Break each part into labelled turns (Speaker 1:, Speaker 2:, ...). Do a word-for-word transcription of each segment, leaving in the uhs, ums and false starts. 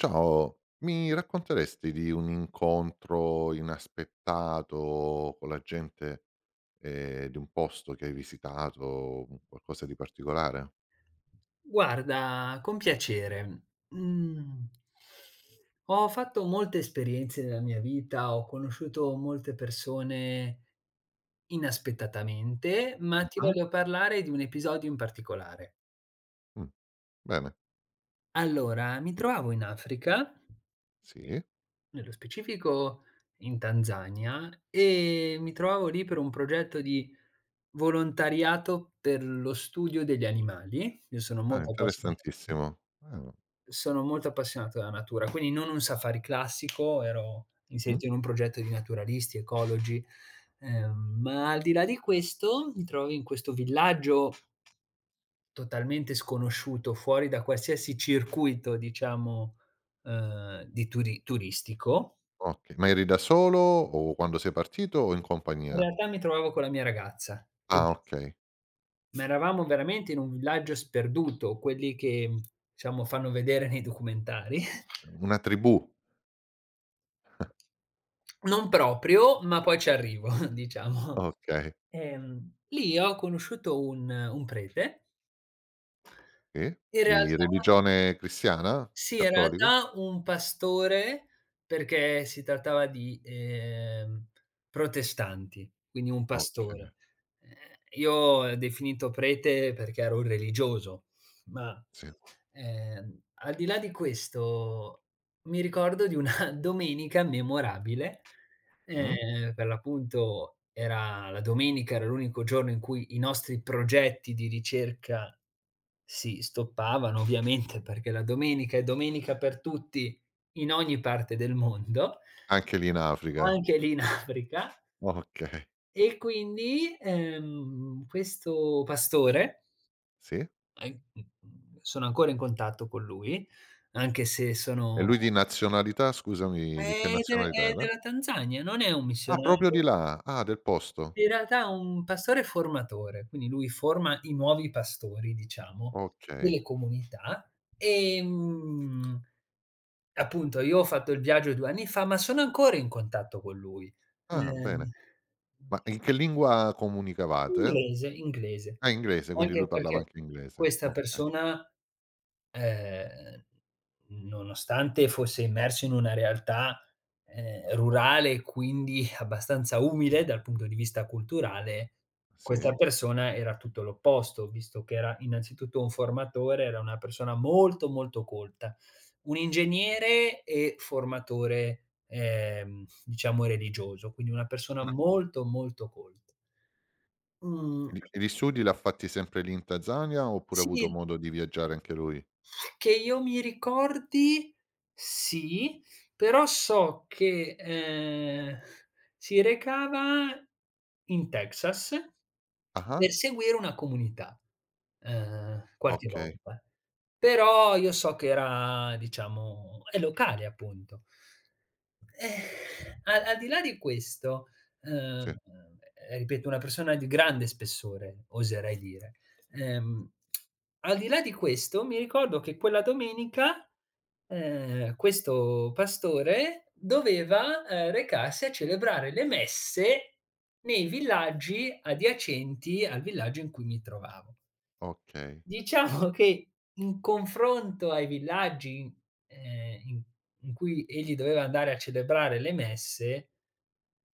Speaker 1: Ciao, mi racconteresti di un incontro inaspettato con la gente, ehm, di un posto che hai visitato, un qualcosa di particolare?
Speaker 2: Guarda, con piacere. Mhmm, Ho fatto molte esperienze nella mia vita, ho conosciuto molte persone inaspettatamente, ma ti
Speaker 1: Mh-mh.
Speaker 2: voglio parlare di un episodio in particolare.
Speaker 1: Mh. Bene,
Speaker 2: Allora, mi trovavo in Africa,
Speaker 1: sì.
Speaker 2: nello specifico in Tanzania, e mi trovavo lì per un progetto di volontariato per lo studio degli animali. Io sono
Speaker 1: Ah,
Speaker 2: molto appassionato
Speaker 1: interessantissimo. Ah,
Speaker 2: Sono molto appassionato della natura, quindi non un safari classico, ero
Speaker 1: mh-mh.
Speaker 2: inserito in un progetto di naturalisti, ecologi, ehm, ma al di là di questo mi trovo in questo villaggio totalmente sconosciuto, fuori da qualsiasi circuito, diciamo, ehm, di turi turistico.
Speaker 1: Okay, ma eri da solo o quando sei partito o in
Speaker 2: In
Speaker 1: compagnia?
Speaker 2: realtà mi trovavo con la mia ragazza e
Speaker 1: Ah, okay.
Speaker 2: ma eravamo veramente in un villaggio sperduto, quelli che, diciamo, fanno vedere nei documentari.
Speaker 1: Una tribù.
Speaker 2: Non proprio, ma poi ci arrivo, diciamo.
Speaker 1: Okay,
Speaker 2: Ehm, lì ho conosciuto un un prete.
Speaker 1: sì.
Speaker 2: In
Speaker 1: Di
Speaker 2: realtà,
Speaker 1: religione cristiana?
Speaker 2: sì, in
Speaker 1: Cattolico?
Speaker 2: realtà un pastore, perché si trattava di, ehm, protestanti, quindi un
Speaker 1: Okay,
Speaker 2: pastore. Ehm, io ho definito prete perché ero un religioso, ma,
Speaker 1: sì.
Speaker 2: ehm, al di là di questo, mi ricordo di una domenica memorabile,
Speaker 1: Mh.
Speaker 2: ehm, per l'appunto era la domenica, era l'unico giorno in cui i nostri progetti di ricerca si stoppavano, ovviamente, perché la domenica è domenica per tutti in ogni parte del mondo,
Speaker 1: Anche lì in Africa.
Speaker 2: anche lì in Africa.
Speaker 1: Okay.
Speaker 2: E quindi, ehm, questo pastore,
Speaker 1: Sì.
Speaker 2: ehm, mhmm, sono ancora in contatto con lui, anche se
Speaker 1: E
Speaker 2: sono
Speaker 1: lui di nazionalità, scusami, di che
Speaker 2: è de
Speaker 1: nazionalità
Speaker 2: è
Speaker 1: era?
Speaker 2: della Tanzania, non è un
Speaker 1: Ah, proprio di
Speaker 2: missionario,
Speaker 1: là, ah, del posto.
Speaker 2: in realtà è un pastore formatore, quindi lui forma i nuovi pastori, diciamo,
Speaker 1: Okay.
Speaker 2: delle comunità. ehm Appunto, io ho fatto il viaggio due anni fa, ma sono ancora in contatto con lui.
Speaker 1: Ah, bene.
Speaker 2: Ehm
Speaker 1: Ma in che lingua comunicavate?
Speaker 2: Inglese, inglese.
Speaker 1: Ah, inglese, quindi
Speaker 2: Anche
Speaker 1: lui parlava
Speaker 2: perché
Speaker 1: anche inglese.
Speaker 2: questa
Speaker 1: Okay,
Speaker 2: persona, Ehm, nonostante fosse immerso in una realtà, ehm, rurale e quindi abbastanza umile dal punto di vista culturale, questa
Speaker 1: sì.
Speaker 2: persona era tutto l'opposto, visto che era innanzitutto un formatore, era una persona molto, molto colta. Un ingegnere e formatore, ehm, diciamo religioso, quindi una persona, Ah.
Speaker 1: Mh-mh.
Speaker 2: molto, molto colta. Mhmm,
Speaker 1: E gli e gli studi l'ha fatti sempre lì in Tanzania oppure ha avuto
Speaker 2: sì.
Speaker 1: modo di viaggiare anche lui?
Speaker 2: Che io mi ricordi, sì, però so che, ehm, si recava in Texas
Speaker 1: Ah-ah,
Speaker 2: per seguire una comunità, ehm, qualche
Speaker 1: okay,
Speaker 2: volta. Però io so che era diciamo è locale, appunto. Eh, al al di là di questo,
Speaker 1: sì,
Speaker 2: uhm, ripeto, una persona di grande spessore, oserei dire. Ehm, Al di là di questo, mi ricordo che quella domenica, ehm, questo pastore doveva, ehm, recarsi a celebrare le messe nei villaggi adiacenti al villaggio in cui mi trovavo.
Speaker 1: okay.
Speaker 2: Diciamo che in confronto ai villaggi in ehm, in in cui egli doveva andare a celebrare le messe,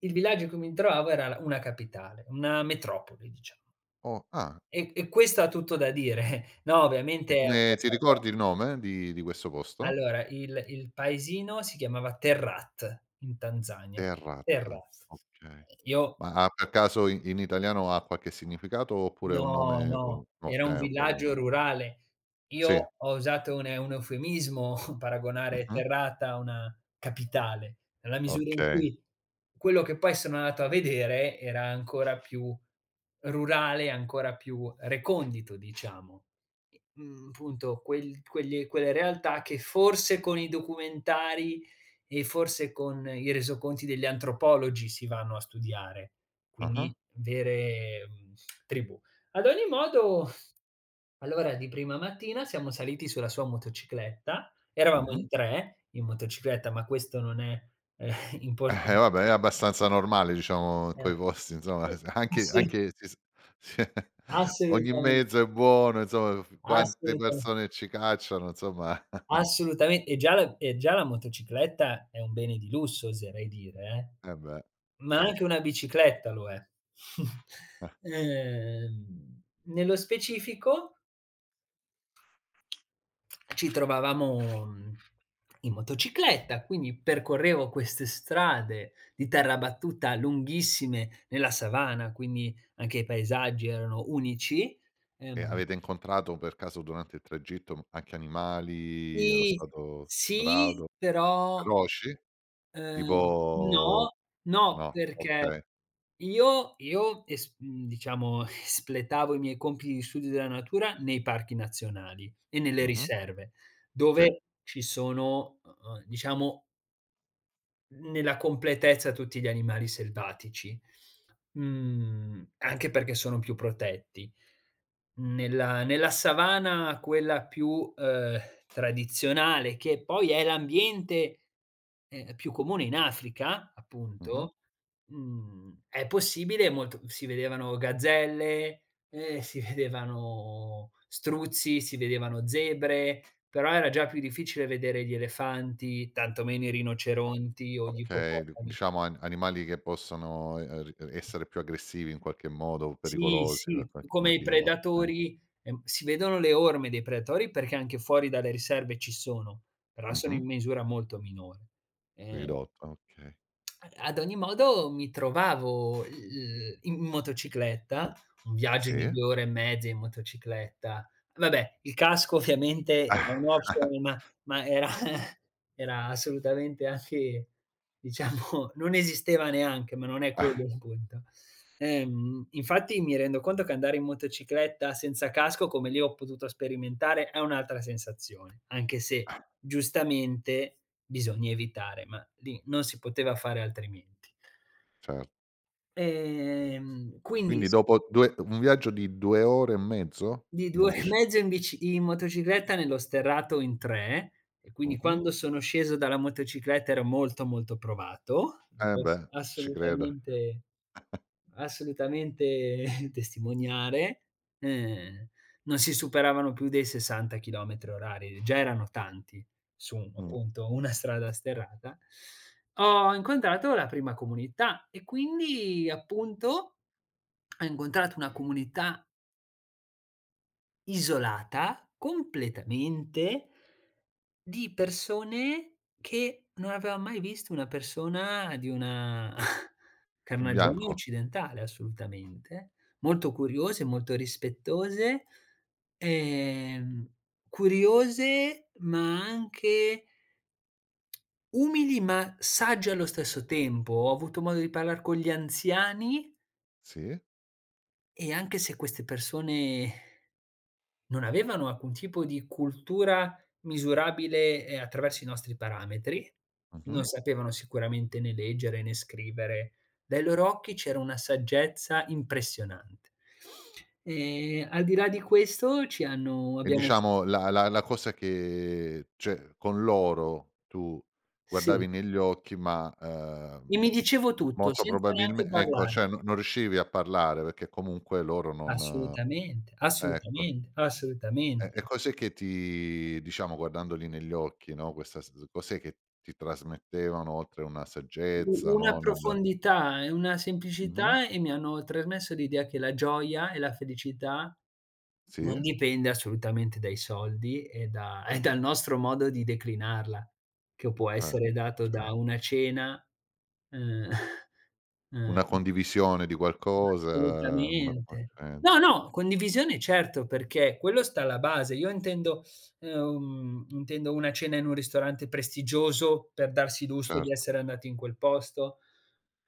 Speaker 2: il villaggio in cui mi trovavo era la una capitale, una metropoli, diciamo.
Speaker 1: Oh, ah,
Speaker 2: E e questo ha tutto da dire. No,
Speaker 1: e
Speaker 2: ovviamente è un po'
Speaker 1: come ti
Speaker 2: sarca.
Speaker 1: ricordi il nome di di questo posto?
Speaker 2: Allora, il il paesino si chiamava Terrat in Tanzania.
Speaker 1: Terrat,
Speaker 2: Terrat.
Speaker 1: okay.
Speaker 2: Io
Speaker 1: Ma ha per caso in in italiano ha qualche significato oppure è un
Speaker 2: No,
Speaker 1: nome
Speaker 2: no,
Speaker 1: co
Speaker 2: era un
Speaker 1: okay, è proprio un
Speaker 2: villaggio
Speaker 1: nome.
Speaker 2: rurale.
Speaker 1: Sì,
Speaker 2: Io ho usato un e un eufemismo, paragonare
Speaker 1: mh-mh,
Speaker 2: Terrata a una capitale, nella misura in
Speaker 1: okay,
Speaker 2: cui quello che poi sono andato a vedere era ancora più rurale, ancora più recondito, diciamo. E, mhmm, punto quel quegli quelle realtà che forse con i documentari e forse con i resoconti degli antropologi si vanno a studiare,
Speaker 1: ah-ah,
Speaker 2: quindi vere, mhmm, tribù. Ad ogni modo, allora di prima mattina siamo saliti sulla sua motocicletta, eravamo
Speaker 1: mh-mh.
Speaker 2: in tre in motocicletta, ma questo non è, ehm,
Speaker 1: Eh,
Speaker 2: importan
Speaker 1: vabbè è abbastanza normale diciamo in quei
Speaker 2: Eh.
Speaker 1: posti insomma s
Speaker 2: E
Speaker 1: anche
Speaker 2: sì,
Speaker 1: anche si s sì, ogni
Speaker 2: assolutamen
Speaker 1: mezzo è buono insomma, f quante
Speaker 2: assolutamen
Speaker 1: persone ci cacciano insomma.
Speaker 2: assolutamen e già la e già la motocicletta è un bene di lusso, oserei dire, eh.
Speaker 1: Eh beh,
Speaker 2: Ma
Speaker 1: certo.
Speaker 2: anche una bicicletta lo è.
Speaker 1: Eh.
Speaker 2: Ehm, nello specifico, ci trovavamo, mhmm, in motocicletta, quindi percorrevo queste strade di terra battuta lunghissime nella savana, quindi anche i paesaggi erano unici.
Speaker 1: E
Speaker 2: Ehm,
Speaker 1: avete incontrato per caso durante il tragitto anche animali allo
Speaker 2: sì,
Speaker 1: stato
Speaker 2: sì,
Speaker 1: brado?
Speaker 2: però.
Speaker 1: Feroci?
Speaker 2: Ehm,
Speaker 1: Tipo
Speaker 2: no, no,
Speaker 1: no,
Speaker 2: perché
Speaker 1: okay.
Speaker 2: io io es mhmm, diciamo, espletavo i miei compiti di studio della natura nei parchi nazionali e nelle
Speaker 1: Mh-mh.
Speaker 2: riserve,
Speaker 1: Sì.
Speaker 2: dove ci sono, uhm, diciamo, nella completezza, tutti gli animali selvatici, mhmm, anche perché sono più protetti. Nella nella savana, quella più, uhm, tradizionale, che poi è l'ambiente, ehm, più comune in Africa,
Speaker 1: Mh-mh.
Speaker 2: appunto, mhmm, è possibile, molto si vedevano gazzelle, ehm, si vedevano struzzi, si vedevano zebre, però era già più difficile vedere gli elefanti, tantomeno i rinoceronti o gli
Speaker 1: Okay, d
Speaker 2: ippopotami.
Speaker 1: diciamo an animali che possono, ehm, r essere più aggressivi in qualche modo o
Speaker 2: Sì,
Speaker 1: pericolosi
Speaker 2: sì,
Speaker 1: per qualche
Speaker 2: come i
Speaker 1: motivo, okay.
Speaker 2: predatori, ehm, si vedono le orme dei predatori perché anche fuori dalle riserve ci sono, però sono
Speaker 1: Mh-mh.
Speaker 2: in misura molto minore. Ehm
Speaker 1: Ridotto, okay.
Speaker 2: Ad ogni modo mi trovavo, uhm, in motocicletta, un viaggio di
Speaker 1: Sì.
Speaker 2: due ore e mezza in motocicletta. Vabbè, il casco ovviamente era un optional, ma ma era era assolutamente anche, diciamo, non esisteva neanche, ma non è
Speaker 1: Ah,
Speaker 2: quello il punto. Ehm, infatti mi rendo conto che andare in motocicletta senza casco, come lì ho potuto sperimentare, è un'altra sensazione, anche se giustamente bisogna evitare, ma lì non si poteva fare altrimenti.
Speaker 1: cer
Speaker 2: Ehm, quindi
Speaker 1: quindi
Speaker 2: s
Speaker 1: dopo due un viaggio di due ore e mezzo
Speaker 2: di
Speaker 1: in
Speaker 2: due ore e
Speaker 1: motoci
Speaker 2: mezzo in bici in motocicletta nello sterrato in tre, e quindi
Speaker 1: mh-mh.
Speaker 2: quando sono sceso dalla motocicletta ero molto, molto provato, lo
Speaker 1: Eh beh,
Speaker 2: posso
Speaker 1: ci credo.
Speaker 2: assolutamente Assolutamente testimoniare. Ehm, Non si superavano più dei sessanta chilometri orari, già erano tanti, su,
Speaker 1: Mh.
Speaker 2: appunto, una strada sterrata. Ho incontrato la prima comunità e quindi, appunto, ho incontrato una comunità isolata completamente, di persone che non aveva mai visto una persona di una
Speaker 1: Un
Speaker 2: carnagione
Speaker 1: bianco.
Speaker 2: occidentale, assolutamente, molto curiose, molto rispettose, ehm, curiose ma anche umili, ma sagge allo stesso tempo. Ho avuto modo di parlar con gli anziani,
Speaker 1: Sì.
Speaker 2: e anche se queste persone non avevano alcun tipo di cultura misurabile, ehm, attraverso i nostri parametri, non
Speaker 1: Mh-mh.
Speaker 2: Mh. sapevano sicuramente né leggere né scrivere. Dai loro occhi c'era una saggezza impressionante. Ehm, al di là di questo ci hanno
Speaker 1: E
Speaker 2: abbiamo
Speaker 1: diciamo la la la cosa che cioè con loro tu
Speaker 2: sì,
Speaker 1: guardavi negli occhi ma, ehm,
Speaker 2: e mi dicevo tutto
Speaker 1: molto
Speaker 2: senza neanche
Speaker 1: probabilme ecco
Speaker 2: parlare.
Speaker 1: cioè no non riuscivi a parlare perché comunque loro non
Speaker 2: Assolutamente,
Speaker 1: ecco.
Speaker 2: assolutamente,
Speaker 1: E e
Speaker 2: assolutamente.
Speaker 1: cos'è che ti diciamo guardandoli negli occhi, no, questa s cos'è che ti trasmettevano oltre una
Speaker 2: U
Speaker 1: saggezza,
Speaker 2: una
Speaker 1: no, nel
Speaker 2: profondità e una
Speaker 1: mh-mh,
Speaker 2: semplicità, e mi hanno trasmesso l'idea che la gioia e la felicità
Speaker 1: sì,
Speaker 2: non dipende assolutamente dai soldi e da e dal nostro modo di declinarla, che può
Speaker 1: qua
Speaker 2: essere dato
Speaker 1: cer
Speaker 2: da una cena, ehm, ehm,
Speaker 1: una condivisione di qualcosa, una
Speaker 2: assolutamente. No,
Speaker 1: conoscenza,
Speaker 2: no, condivisione, certo, perché quello sta alla base. Io intendo, ehm, intendo una cena in un ristorante prestigioso per darsi gusto di
Speaker 1: certo.
Speaker 2: essere andati in quel posto,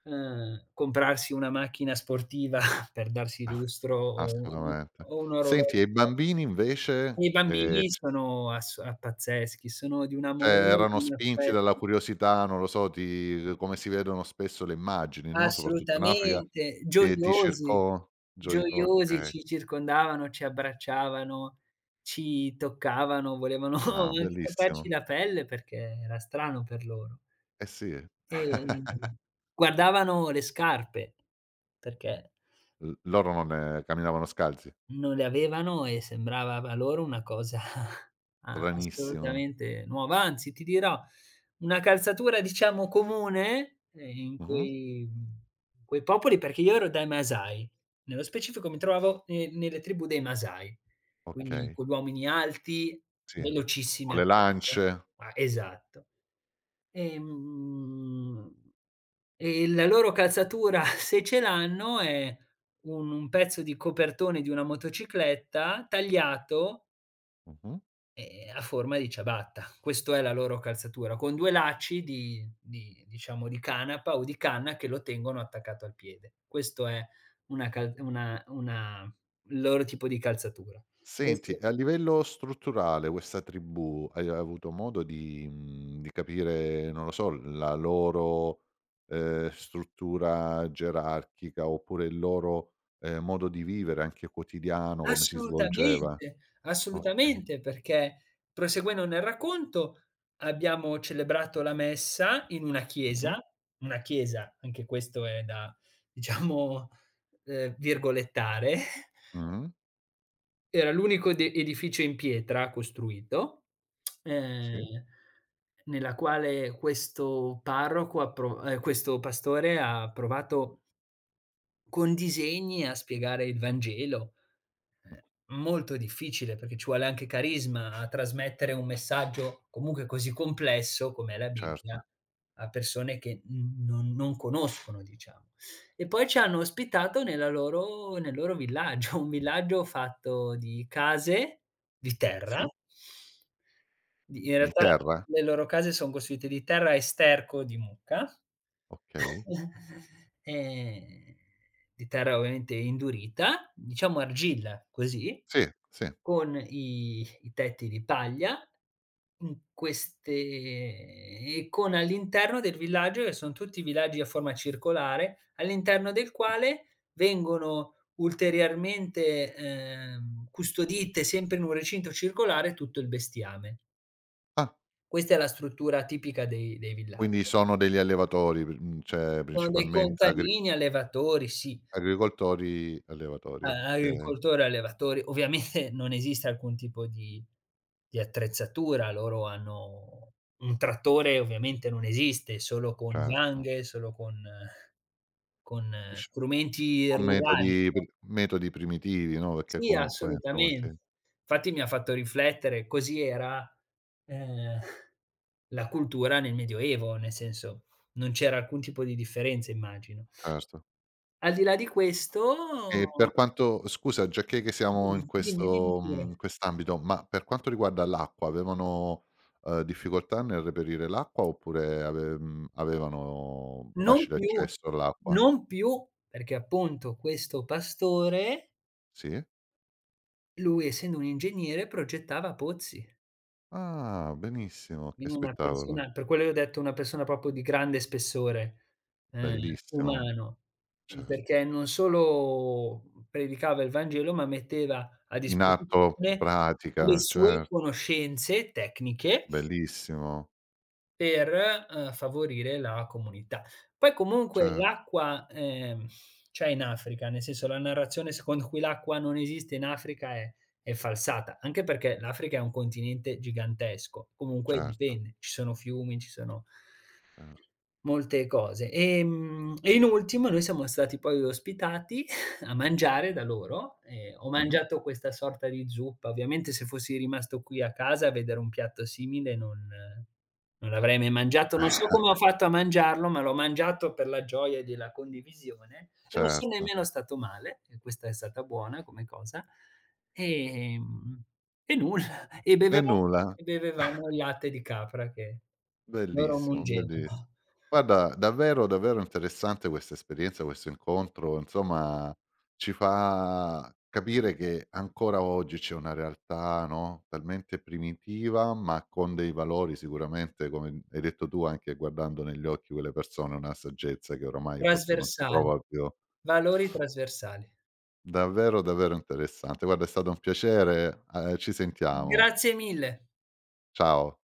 Speaker 2: ehm, comprarsi una macchina sportiva per darsi
Speaker 1: Ah,
Speaker 2: lustro, o un
Speaker 1: assolutamente.
Speaker 2: o un
Speaker 1: Senti,
Speaker 2: orologio.
Speaker 1: e i bambini invece,
Speaker 2: I
Speaker 1: ehm,
Speaker 2: bambini
Speaker 1: c
Speaker 2: sono ass a pazzeschi, sono di un
Speaker 1: cioè
Speaker 2: amore,
Speaker 1: erano
Speaker 2: di un
Speaker 1: spinti dalla
Speaker 2: affetto,
Speaker 1: curiosità, non lo so, ti come si vedono spesso le immagini, no, soprattutto in Africa,
Speaker 2: assolutamente,
Speaker 1: che ti
Speaker 2: gioiosi,
Speaker 1: circongioi
Speaker 2: gioiosi,
Speaker 1: okay.
Speaker 2: ci circondavano, ci abbracciavano, ci toccavano, volevano
Speaker 1: Ah,
Speaker 2: anche toccarci
Speaker 1: bellissimo.
Speaker 2: la pelle perché era strano per loro.
Speaker 1: Eh sì.
Speaker 2: Ehm, Guardavano le scarpe, perché
Speaker 1: L loro non ne camminavano scalzi?
Speaker 2: non le avevano e sembrava a loro una cosa a
Speaker 1: Stranissimo.
Speaker 2: assolutamente nuova. Anzi, ti dirò, una calzatura, diciamo, comune, ehm, in
Speaker 1: Mh-mh.
Speaker 2: quei in quei popoli, perché io ero dai Masai. Nello specifico mi trovavo ne nelle tribù dei Masai, quindi
Speaker 1: Okay,
Speaker 2: con gli uomini alti,
Speaker 1: sì.
Speaker 2: velocissimi
Speaker 1: Con
Speaker 2: a
Speaker 1: le
Speaker 2: correre.
Speaker 1: lance.
Speaker 2: Ah, esatto. Ehm, e la loro calzatura, se ce l'hanno, è un un pezzo di copertone di una motocicletta tagliato,
Speaker 1: Mh-mh.
Speaker 2: ehm, a forma di ciabatta. Questo è la loro calzatura, con due lacci di di diciamo di canapa o di canna che lo tengono attaccato al piede. Questo è una cal una una il loro tipo di calzatura.
Speaker 1: Senti,
Speaker 2: Questo
Speaker 1: e a livello strutturale questa tribù hai avuto modo di mhmm, di capire, non lo so, la loro, ehm, struttura gerarchica oppure il loro, ehm, modo di vivere anche quotidiano, come si svolgeva?
Speaker 2: Assolutamente,
Speaker 1: Okay.
Speaker 2: assolutamente, perché proseguendo nel racconto, abbiamo celebrato la messa in una
Speaker 1: Mh-mh.
Speaker 2: chiesa, una chiesa, anche questo è da, diciamo, ehm, virgolettare,
Speaker 1: Mh.
Speaker 2: era l'unico ed edificio in pietra costruito,
Speaker 1: Sì.
Speaker 2: ehm, nella quale questo parroco ha pro ehm, questo pastore ha provato con disegni a spiegare il Vangelo.
Speaker 1: Mh.
Speaker 2: Ehm, Molto difficile perché ci vuole anche carisma a trasmettere un messaggio comunque così complesso come è la
Speaker 1: Certo.
Speaker 2: Bibbia a persone che n non non conoscono, diciamo. E poi ci hanno ospitato nella loro nel loro villaggio, un villaggio fatto di case di terra
Speaker 1: Sì.
Speaker 2: di in
Speaker 1: Di
Speaker 2: realtà
Speaker 1: terra?
Speaker 2: le loro case son costruite di terra e sterco di mucca,
Speaker 1: Okay.
Speaker 2: ehm, di terra ovviamente indurita, diciamo argilla, così,
Speaker 1: Sì, sì.
Speaker 2: con i i tetti di paglia, in queste e con all'interno del villaggio, che son tutti villaggi a forma circolare, all'interno del quale vengono ulteriormente, ehm, custodite sempre in un recinto circolare tutto il bestiame.
Speaker 1: Ah,
Speaker 2: Questa è la struttura tipica dei dei
Speaker 1: quindi
Speaker 2: villaggi.
Speaker 1: sono degli allevatori, pri mhmm, cioè
Speaker 2: Sono dei
Speaker 1: principalmente agri
Speaker 2: contadini allevatori, sì,
Speaker 1: agricoltori allevatori,
Speaker 2: a
Speaker 1: okay,
Speaker 2: agricoltori allevatori. Ovviamente non esiste alcun tipo di di attrezzatura, loro hanno un trattore, ovviamente non esiste, solo con
Speaker 1: certo.
Speaker 2: zanghe, solo con con
Speaker 1: Dic
Speaker 2: strumenti
Speaker 1: con metodi
Speaker 2: rurali.
Speaker 1: pri metodi primitivi, no, perché
Speaker 2: Sì,
Speaker 1: comunque insomma sì,
Speaker 2: assolutamente. Infatti mi ha fatto riflettere, così era, ehm, la cultura nel medioevo, nel senso non c'era alcun tipo di differenza, immagino.
Speaker 1: certo.
Speaker 2: Al di là di questo,
Speaker 1: E per quanto scusa, giacché che siamo
Speaker 2: dimmi,
Speaker 1: in
Speaker 2: dimmi, dimmi
Speaker 1: questo
Speaker 2: pure.
Speaker 1: mhmm, quest'ambito, ma per quanto riguarda l'acqua avevano, uhm, difficoltà nel reperire l'acqua oppure ave mhmm, avevano
Speaker 2: Non
Speaker 1: facile
Speaker 2: più,
Speaker 1: accesso all'acqua?
Speaker 2: non più, perché appunto questo pastore,
Speaker 1: Sì?
Speaker 2: lui essendo un ingegnere progettava pozzi.
Speaker 1: Ah, benissimo, che
Speaker 2: Quindi una
Speaker 1: spettacolo,
Speaker 2: persona, per quello io ho detto una persona proprio di grande spessore, ehm,
Speaker 1: bellissimo,
Speaker 2: umano, mhmm,
Speaker 1: certo.
Speaker 2: perché non solo predicava il Vangelo, ma metteva a
Speaker 1: In atto
Speaker 2: disposizione le
Speaker 1: pratica,
Speaker 2: sue
Speaker 1: cer
Speaker 2: conoscenze tecniche
Speaker 1: bellissimo,
Speaker 2: per, ehm, favorire la comunità. Poi comunque
Speaker 1: certo,
Speaker 2: l'acqua, ehm, c'è in Africa, nel senso la narrazione secondo cui l'acqua non esiste in Africa è è falsata, anche perché l'Africa è un continente gigantesco, comunque
Speaker 1: certo,
Speaker 2: dipende, ci sono fiumi, ci sono
Speaker 1: certo.
Speaker 2: molte cose. Ehm, e in ultimo noi siamo stati poi ospitati a mangiare da loro e ho
Speaker 1: Mh-mh.
Speaker 2: mangiato questa sorta di zuppa. Ovviamente se fossi rimasto qui a casa a vedere un piatto simile non non l'avrei mai mangiato, non so come ho fatto a mangiarlo, ma l'ho mangiato per la gioia della condivisione e non son
Speaker 1: Certo.
Speaker 2: nemmeno stato male, e questa è stata buona come cosa. Ehm, e nulla, e
Speaker 1: E
Speaker 2: bevevamo
Speaker 1: nulla.
Speaker 2: e bevevamo il latte di capra che loro
Speaker 1: Bellissimo, belliss
Speaker 2: mungevano.
Speaker 1: guarda, davvero, davvero interessante questa esperienza, questo incontro, insomma ci fa capire che ancora oggi c'è una realtà, no, talmente primitiva, ma con dei valori sicuramente, come hai detto tu, anche guardando negli occhi quelle persone, una saggezza che oramai forse non si
Speaker 2: Trasversali,
Speaker 1: trova più.
Speaker 2: valori trasversali.
Speaker 1: Davvero, davvero interessante. Guarda, è stato un piacere, ehm, ci sentiamo.
Speaker 2: Grazie mille.
Speaker 1: Ciao.